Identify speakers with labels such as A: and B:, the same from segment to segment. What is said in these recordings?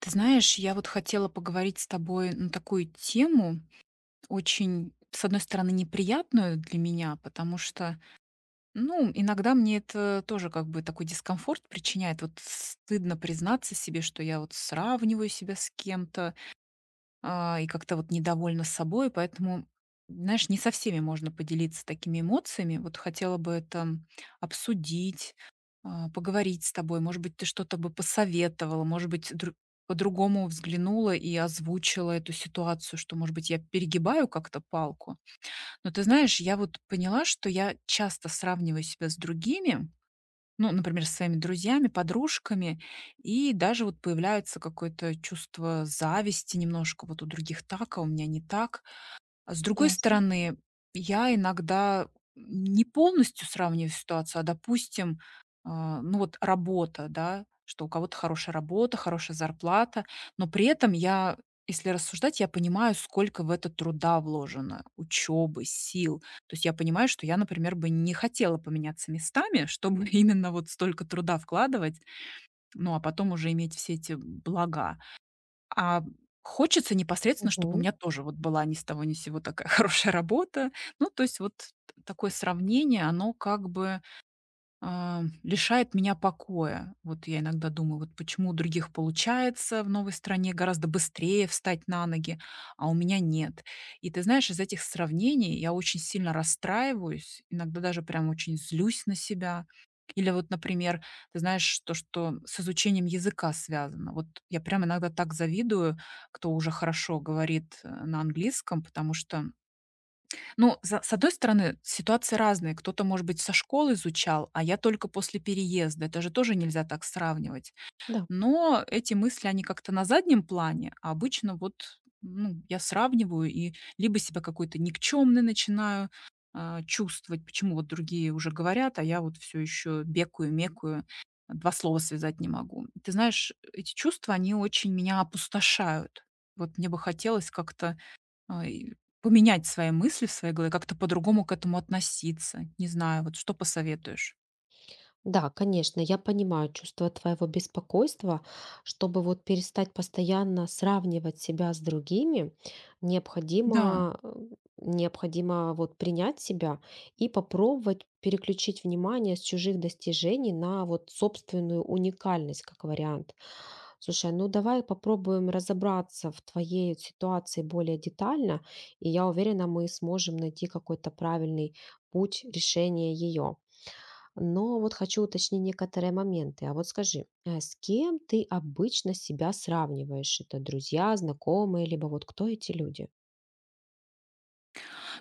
A: Ты знаешь, я вот хотела поговорить с тобой на такую тему, очень, с одной стороны, неприятную для меня, потому что, ну, иногда мне это тоже как бы такой дискомфорт причиняет. Вот стыдно признаться себе, что я вот сравниваю себя с кем-то, и как-то вот недовольна собой, поэтому, знаешь, не со всеми можно поделиться такими эмоциями. Вот хотела бы это обсудить, поговорить с тобой. Может быть, ты что-то бы посоветовала, может быть, по-другому взглянула и озвучила эту ситуацию, что, может быть, я перегибаю как-то палку. Но ты знаешь, я вот поняла, что я часто сравниваю себя с другими, ну, например, со своими друзьями, подружками, и даже вот появляется какое-то чувство зависти немножко. Вот у других так, а у меня не так. А с другой
B: Ясно.
A: стороны, я иногда не полностью сравниваю ситуацию, допустим, ну вот работа, да, что у кого-то хорошая работа, хорошая зарплата, но при этом я, если рассуждать, я понимаю, сколько в это труда вложено, учебы, сил. То есть я понимаю, что я, например, бы не хотела поменяться местами, чтобы именно вот столько труда вкладывать, ну а потом уже иметь все эти блага. А хочется непосредственно, чтобы у
B: Мгм.
A: меня тоже вот была ни с того ни с сего такая хорошая работа. Ну, то есть вот т такое сравнение, оно как бы лишает меня покоя. Вот я иногда думаю, вот почему у других получается в новой стране гораздо быстрее встать на ноги, а у меня нет. И ты знаешь, из этих сравнений я очень сильно расстраиваюсь, иногда даже прям очень злюсь на себя. Или вот, например, ты знаешь, то, что с изучением языка связано. Вот я прям иногда так завидую, кто уже хорошо говорит на английском, потому что ну, с одной стороны, ситуации разные. Кто-то, может быть, со школы изучал, а я только после переезда. Это же тоже нельзя так сравнивать.
B: Да.
A: Но эти мысли, они как-то на заднем плане, а обычно вот ну, я сравниваю и либо себя какой-то никчемный начинаю чувствовать, почему вот другие уже говорят, а я вот все еще бекую, мекую, два слова связать не могу. Ты знаешь, эти чувства, они очень меня опустошают. Вот мне бы хотелось как-то и поменять свои мысли в своей голове, как-то по-другому к этому относиться. Не знаю, вот что посоветуешь?
B: Да, конечно, я понимаю чувство твоего беспокойства. Чтобы вот перестать постоянно сравнивать себя с другими,
A: Да.
B: необходимо, необходимо вот принять себя и попробовать переключить внимание с чужих достижений на вот собственную уникальность как вариант. Слушай, ну давай попробуем разобраться в твоей ситуации более детально, и я уверена, мы сможем найти какой-то правильный путь решения ее. Но вот хочу уточнить некоторые моменты. А вот скажи, с кем ты обычно себя сравниваешь? Это друзья, знакомые, либо вот кто эти люди?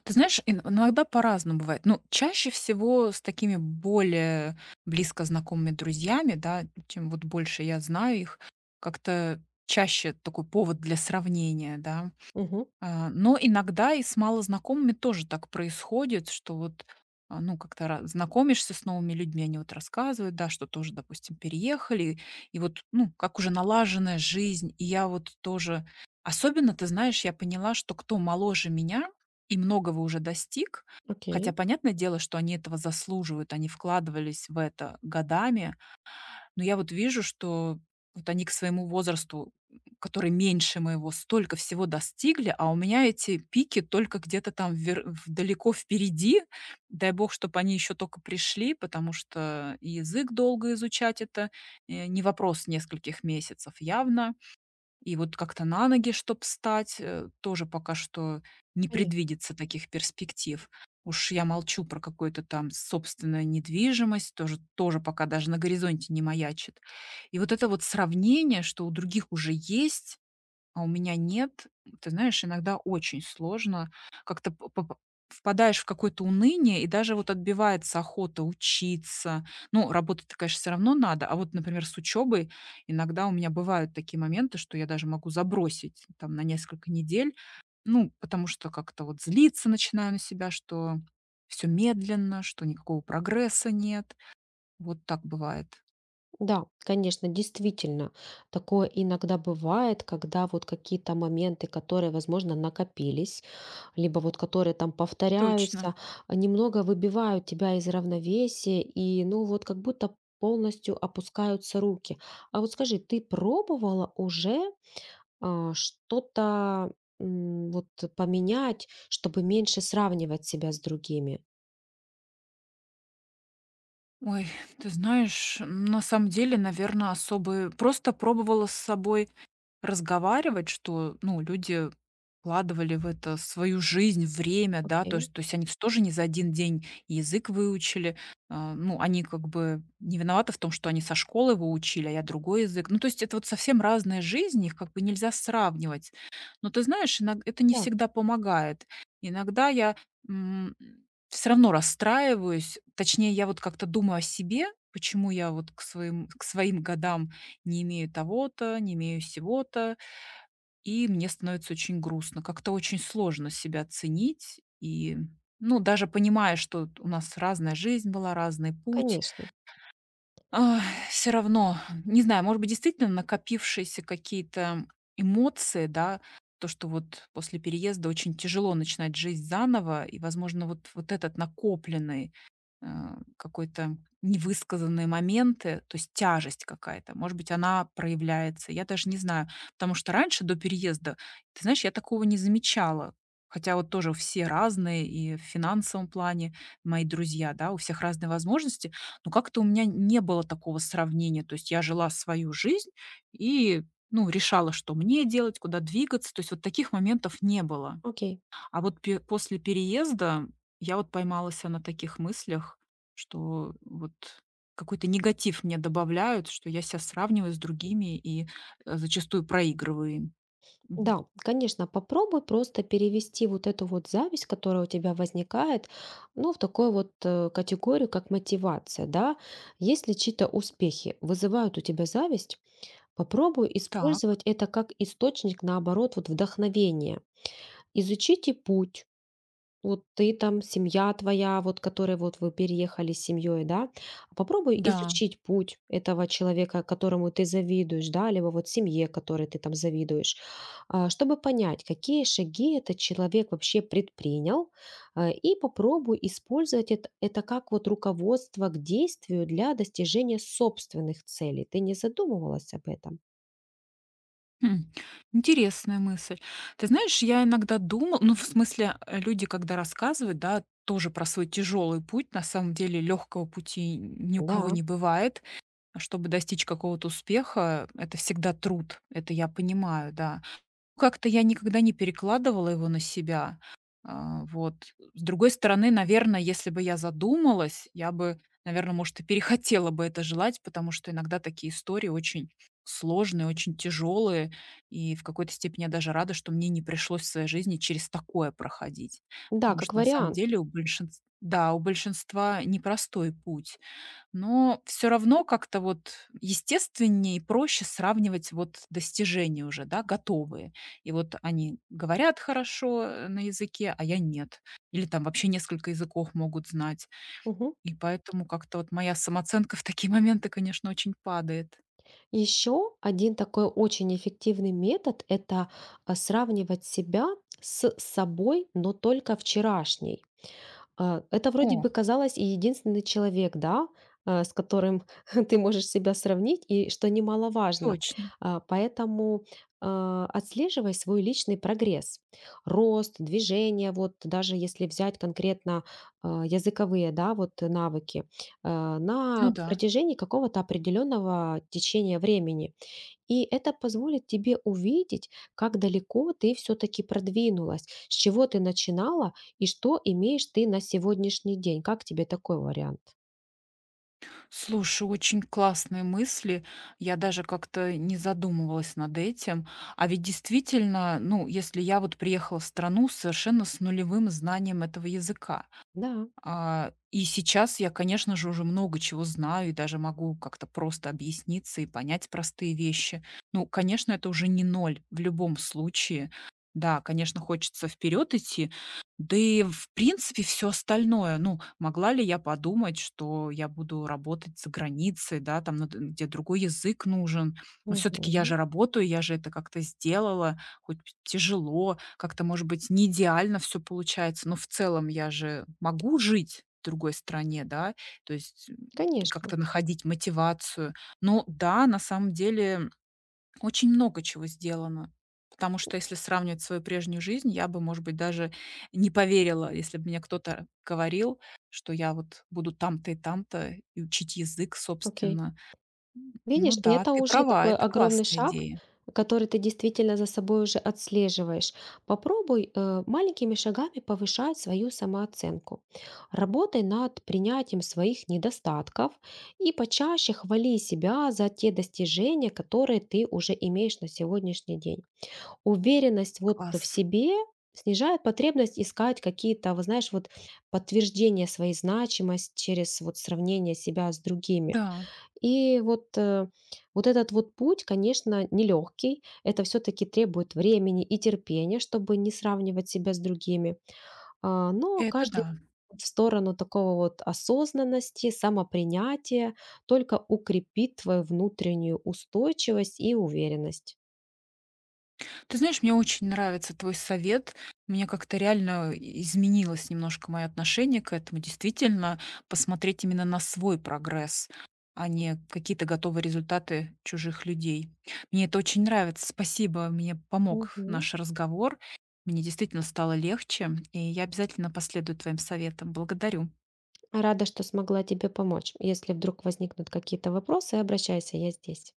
A: Ты знаешь, ин иногда по-разному бывает. Ну, чаще всего с такими более близко знакомыми друзьями, да, чем вот больше я знаю их, как-то чаще такой повод для сравнения, да.
B: Угу.
A: Но иногда и с малознакомыми тоже так происходит, что вот, ну, как-то ра знакомишься с новыми людьми, они вот рассказывают, да, что тоже, допустим, переехали, и вот, ну, как уже налаженная жизнь. И я вот тоже особенно, ты знаешь, я поняла, что кто моложе меня и многого уже достиг,
B: Окей.
A: хотя понятное дело, что они этого заслуживают, они вкладывались в это годами, но я вот вижу, что вот они к своему возрасту, который меньше моего, столько всего достигли, а у меня эти пики только где-то там далеко впереди. Дай бог, чтобы они еще только пришли, потому что и язык долго изучать это не вопрос нескольких месяцев явно. И вот как-то на ноги, чтоб встать, тоже пока что не
B: Понятно.
A: предвидится таких перспектив. Уж я молчу про какую-то там собственную недвижимость, тоже пока даже на горизонте не маячит. И вот это вот сравнение, что у других уже есть, а у меня нет. Ты знаешь, иногда очень сложно. Как-то впадаешь в какое-то уныние, и даже вот отбивается охота учиться. Ну, работать-то, конечно, все равно надо. А вот, например, с учебой иногда у меня бывают такие моменты, что я даже могу забросить там на несколько недель. Ну, потому что как-то вот злиться начинаю на себя, что все медленно, что никакого прогресса нет. Вот так бывает.
B: Да, конечно, действительно, такое иногда бывает, когда вот какие-то моменты, которые, возможно, накопились, либо вот которые там
A: Точно.
B: повторяются, а, немного выбивают тебя из равновесия, и ну вот как будто полностью опускаются руки. А вот скажи, ты пробовала уже а, что-то, м, вот поменять, чтобы меньше сравнивать себя с другими.
A: Ой, ты знаешь, на самом деле, наверное, особо просто пробовала с собой разговаривать, что, ну, люди вкладывали в это свою жизнь, время, да, то
B: Окей.
A: есть то есть они ж тоже не за один день язык выучили. Ну, они как бы не виноваты в том, что они со школы его учили, а я другой язык. Ну, то есть это вот совсем разная жизнь, их как бы нельзя сравнивать. Но ты знаешь, иног это не
B: Да,
A: всегда помогает. Иногда я, все равно расстраиваюсь, точнее, я вот как-то думаю о себе, почему я вот к своим годам не имею того-то, не имею сего-то, и мне становится очень грустно. Как-то очень сложно себя ценить и, ну, даже понимая, что у нас разная жизнь была, разный путь,
B: конечно.
A: все равно, не знаю, может быть, действительно накопившиеся какие-то эмоции, да, то, что вот после переезда очень тяжело начинать жизнь заново, и, возможно, вот этот накопленный э, какой-то невысказанные моменты, то есть тяжесть какая-то, может быть, она проявляется, я даже не знаю. Потому что раньше, до переезда, ты знаешь, я такого не замечала. Хотя вот тоже все разные, и в финансовом плане мои друзья, да, у всех разные возможности, но как-то у меня не было такого сравнения. То есть я жила свою жизнь и, ну, решала, что мне делать, куда двигаться. То есть вот таких моментов не было.
B: Окей.
A: А вот пе после переезда я вот поймалась на таких мыслях, что вот какой-то негатив мне добавляют, что я себя сравниваю с другими и, зачастую проигрываю им. Мгм.
B: Да, конечно, попробуй просто перевести вот эту вот зависть, которая у тебя возникает, ну, в такую вот, категорию, как мотивация, да. Если чьи-то успехи вызывают у тебя зависть, попробуй
A: Так,
B: использовать это как источник, наоборот, вот вдохновения. Изучите путь. Вот ты там, семья твоя, вот которой вот вы переехали с семьей, да, попробуй
A: да.
B: изучить путь этого человека, которому ты завидуешь, да, либо вот семье, которой ты там завидуешь, а, чтобы понять, какие шаги этот человек вообще предпринял, а, и попробуй использовать это как вот руководство к действию для достижения собственных целей. Ты не задумывалась об этом?
A: Хм. Интересная мысль. Ты знаешь, я иногда думала, ну, в смысле, люди, когда рассказывают, да, тоже про свой тяжелый путь, на самом деле легкого пути ни у кого
B: Да,
A: не бывает. А чтобы достичь какого-то успеха, это всегда труд. Это я понимаю, да. Как-то я никогда не перекладывала его на себя. Вот. С другой стороны, наверное, если бы я задумалась, я бы, наверное, может, и перехотела бы это желать, потому что иногда такие истории очень сложные, очень тяжелые, и в какой-то степени я даже рада, что мне не пришлось в своей жизни через такое проходить.
B: да,
A: Потому
B: как
A: что на самом
B: вариант.
A: деле у большинства, да, у большинства непростой путь. Но все равно как-то вот естественнее и проще сравнивать вот достижения уже, да, готовые. И вот они говорят хорошо, на языке, а я нет. Или там вообще несколько языков могут знать.
B: Мгм.
A: И поэтому как-то вот моя самооценка в такие моменты, конечно, очень падает.
B: Еще один такой очень эффективный метод — это а, сравнивать себя с собой, но только вчерашней. А, это вроде
A: О,
B: бы казалось и единственный человек, да, а, с которым ты можешь себя сравнить, и что немаловажно.
A: точно.
B: А, поэтому а, отслеживай свой личный прогресс, рост, движение, вот даже если взять конкретно а, языковые, да, вот навыки, а,
A: Ну
B: на
A: да.
B: протяжении какого-то определенного течения времени. И это позволит тебе увидеть, как далеко ты все-таки продвинулась, с чего ты начинала и что имеешь ты на сегодняшний день. Как тебе такой вариант?
A: Слушай, очень классные мысли. Я даже как-то не задумывалась над этим. А ведь действительно, ну, если я вот приехала в страну совершенно с нулевым знанием этого языка,
B: Да,
A: и сейчас я, конечно же, уже много чего знаю и даже могу как-то просто объясниться и понять простые вещи. Ну, конечно, это уже не ноль в любом случае. Да, конечно, хочется вперед идти. Да и, в принципе, все остальное. Ну, могла ли я подумать, что я буду работать за границей, да, там, где другой язык нужен. Но все-таки я
B: мгм,
A: же работаю, я же это как-то сделала хоть тяжело, как-то, может быть, не идеально все получается, но в целом я же могу жить в другой стране, да, то есть, и
B: конечно.
A: как-то находить мотивацию. Но да, на самом деле очень много чего сделано, потому что если сравнивать свою прежнюю жизнь, я бы, может быть, даже не поверила, если бы мне кто-то говорил, что я вот буду там-то и там-то и учить язык,
B: Окей.
A: собственно.
B: Видишь,
A: Ну
B: и
A: да,
B: это
A: ты
B: уже
A: права,
B: такой
A: это
B: огромный
A: классная
B: шаг,
A: идея.
B: который ты действительно за собой уже отслеживаешь. Попробуй э, маленькими шагами повышать свою самооценку. Работай над принятием своих недостатков и почаще хвали себя за те достижения, которые ты уже имеешь на сегодняшний день. Уверенность вот в
A: Класс.
B: себе снижает потребность искать какие-то, вы знаешь, вот подтверждения своей значимости через вот сравнение себя с другими.
A: Да,
B: И вот, э, вот этот вот путь, конечно, нелегкий. Это все-таки требует времени и терпения, чтобы не сравнивать себя с другими. А, но
A: это
B: каждый
A: да.
B: в сторону такого вот осознанности, самопринятия только укрепит твою внутреннюю устойчивость и уверенность.
A: Ты знаешь, мне очень нравится твой совет. Мне как-то реально изменилось немножко мое отношение к этому. Действительно, посмотреть именно на свой прогресс, а не какие-то готовые результаты чужих людей. Мне это очень нравится. Спасибо, мне помог
B: Мгм.
A: наш разговор. Мне действительно стало легче, и я обязательно последую твоим советам. Благодарю.
B: Рада, что смогла тебе помочь. Если вдруг возникнут какие-то вопросы, обращайся, я здесь.